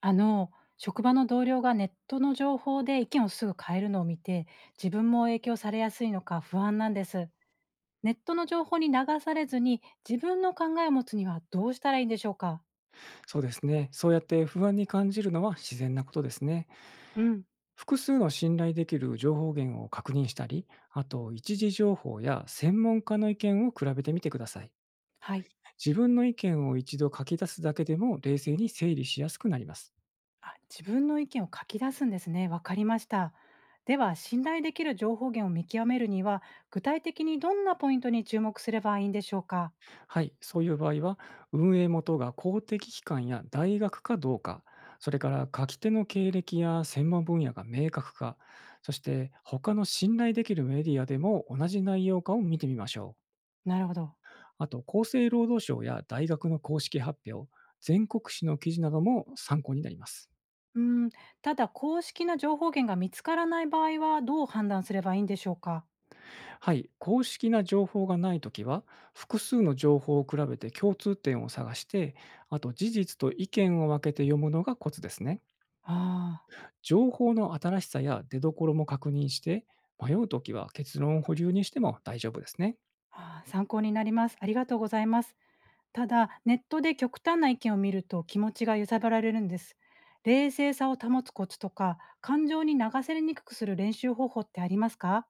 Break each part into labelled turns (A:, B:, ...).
A: あの、職場の同僚がネットの情報で意見をすぐ変えるのを見て、自分も影響されやすいのか不安なんです。ネットの情報に流されずに自分の考えを持つにはどうしたらいいんでしょうか？
B: そうですね。そうやって不安に感じるのは自然なことですね。
A: うん、
B: 複数の信頼できる情報源を確認したり、あと一時情報や専門家の意見を比べてみてください。
A: はい。
B: 自分の意見を一度書き出すだけでも冷静に整理しやすくなります。
A: あ、自分の意見を書き出すんですね。わかりました。では、信頼できる情報源を見極めるには、具体的にどんなポイントに注目すればいいんでしょうか？
B: はい、そういう場合は、運営元が公的機関や大学かどうか、それから書き手の経歴や専門分野が明確か、そして他の信頼できるメディアでも同じ内容かを見てみましょう。
A: なるほど。
B: あと、厚生労働省や大学の公式発表、全国紙の記事なども参考になります。
A: うん、ただ公式な情報源が見つからない場合はどう判断すればいいんでしょうか？
B: はい、公式な情報がないときは、複数の情報を比べて共通点を探して、あと事実と意見を分けて読むのがコツですね。
A: あーあ
B: 情報の新しさや出どころも確認して、迷うときは結論を保留にしても大丈夫ですね。
A: ー、あ、参考になります。ありがとうございます。ただ、ネットで極端な意見を見ると気持ちが揺さぶられるんです。冷静さを保つコツとか、感情に流されにくくする練習方法ってありますか？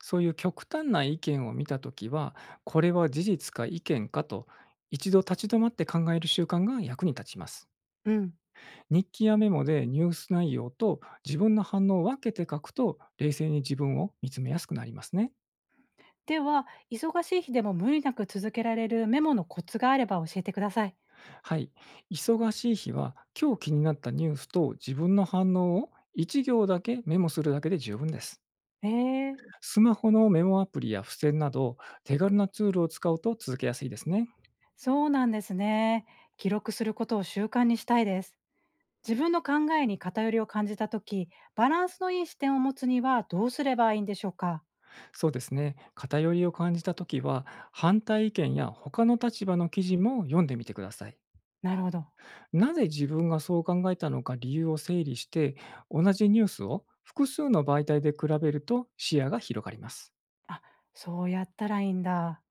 B: そういう極端な意見を見たときは、これは事実か意見かと、一度立ち止まって考える習慣が役に立ちます。
A: うん。
B: 日記やメモでニュース内容と自分の反応を分けて書くと、冷静に自分を見つめやすくなりますね。
A: では、忙しい日でも無理なく続けられるメモのコツがあれば教えてください。
B: はい。忙しい日は、今日気になったニュースと自分の反応を1行だけメモするだけで十分です。
A: ええ、
B: スマホのメモアプリや付箋など、手軽なツールを使うと続けやすいですね。
A: そうなんですね。記録することを習慣にしたいです。自分の考えに偏りを感じたとき、バランスのいい視点を持つにはどうすればいいんでしょうか？
B: そうですね。偏りを感じたときは、反対意見や他の立場の記事も読んでみてください。
A: なるほど。
B: なぜ自分がそう考えたのか理由を整理して、同じニュースを複数の媒体で比べると視野が広がります。
A: あ、そうやったらいいんだ。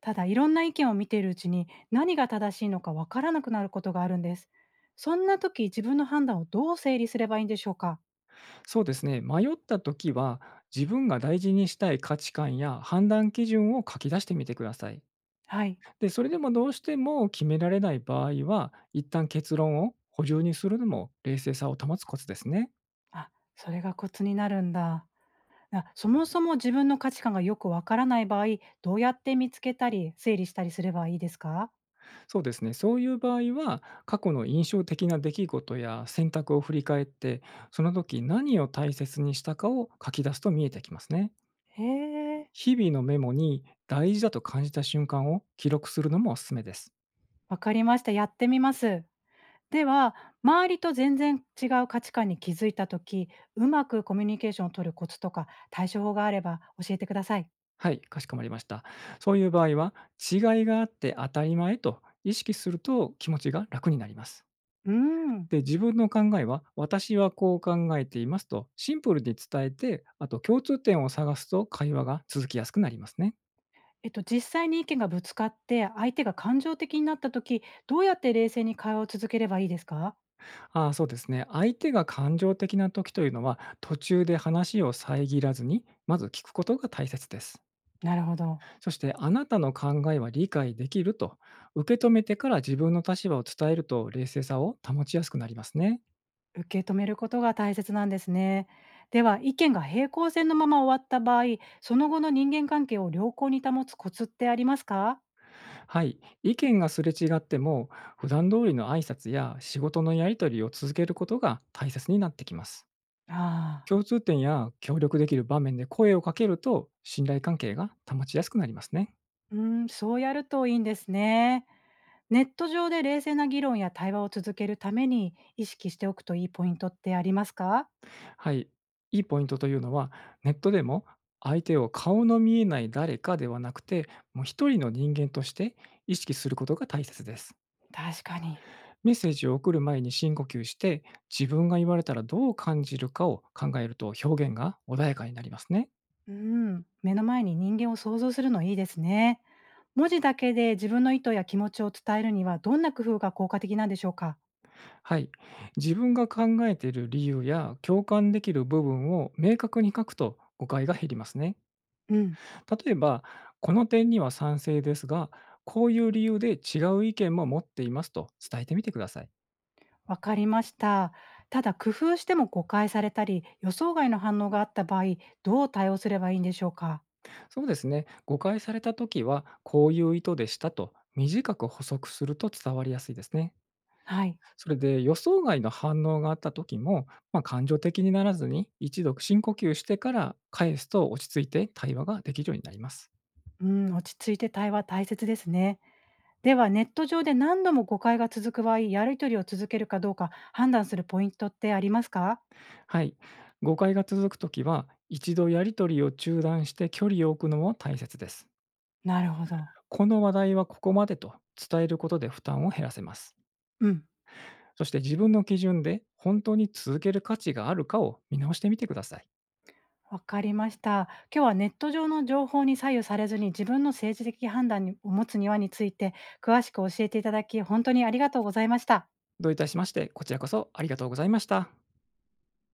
A: ただいろんな意見を見ているうちに何が正しいのかわからなくなることがあるんです。そんな時自分の判断をどう整理すればいいんでしょうか？
B: そうですね、迷った時は、自分が大事にしたい価値観や判断基準を書き出してみてください。
A: はい。
B: で、それでもどうしても決められない場合は、一旦結論を補充にするのも冷静さを保つコツですね。
A: あ、それがコツになるんだ。あ、そもそも自分の価値観がよくわからない場合、どうやって見つけたり整理したりすればいいですか？
B: そうですね。そういう場合は、過去の印象的な出来事や選択を振り返って、その時何を大切にしたかを書き出すと見えてきますね。
A: へえ、
B: 日々のメモに大事だと感じた瞬間を記録するのもおすすめです。
A: わかりました。やってみます。では、周りと全然違う価値観に気づいたとき、うまくコミュニケーションを取るコツとか対処法があれば教えてください。
B: はい、かしこまりました。そういう場合は、違いがあって当たり前と意識すると気持ちが楽になります。
A: うーん。
B: で、自分の考えは、私はこう考えていますと、シンプルに伝えて、あと共通点を探すと会話が続きやすくなりますね。
A: 実際に意見がぶつかって、相手が感情的になったとき、どうやって冷静に会話を続ければいいですか？
B: ああ、そうですね。相手が感情的な時というのは、途中で話を遮らずに、まず聞くことが大切です。
A: なるほど。
B: そして、あなたの考えは理解できると、受け止めてから自分の立場を伝えると、冷静さを保ちやすくなりますね。
A: 受け止めることが大切なんですね。では、意見が平行線のまま終わった場合、その後の人間関係を良好に保つコツってありますか？
B: はい。意見がすれ違っても、普段通りの挨拶や仕事のやり取りを続けることが大切になってきます。
A: ああー。
B: 共通点や協力できる場面で声をかけると、信頼関係が保ちやすくなりますね。
A: うーん、そうやるといいんですね。ネット上で冷静な議論や対話を続けるために意識しておくといいポイントってありますか？
B: はい、いいポイントというのは、ネットでも相手を顔の見えない誰かではなくて、もう一人の人間として意識することが大切です。
A: 確かに。
B: メッセージを送る前に深呼吸して、自分が言われたらどう感じるかを考えると表現が穏やかになりますね。
A: うん、目の前に人間を想像するのいいですね。文字だけで自分の意図や気持ちを伝えるにはどんな工夫が効果的なんでしょうか？
B: はい。自分が考えている理由や共感できる部分を明確に書くと誤解が減りますね。
A: うん、
B: 例えば、この点には賛成ですが、こういう理由で違う意見も持っていますと伝えてみてください。
A: わかりました。ただ工夫しても誤解されたり予想外の反応があった場合、どう対応すればいいんでしょうか？
B: そうですね。誤解されたときは、こういう意図でしたと短く補足すると伝わりやすいですね。
A: はい。
B: それで予想外の反応があったときも、感情的にならずに一度深呼吸してから返すと落ち着いて対話ができるようになります。
A: うん、落ち着いて対話大切ですね。では、ネット上で何度も誤解が続く場合、やり取りを続けるかどうか判断するポイントってありますか？
B: はい。誤解が続くときは、一度やりとりを中断して距離を置くのも大切です。
A: なるほど。
B: この話題はここまでと伝えることで負担を減らせます。
A: うん、
B: そして自分の基準で本当に続ける価値があるかを見直してみてください。
A: わかりました。今日はネット上の情報に左右されずに、自分の政治的判断を持つにはについて詳しく教えていただき、本当にありがとうございました。
B: どういたしまして、こちらこそありがとうございました。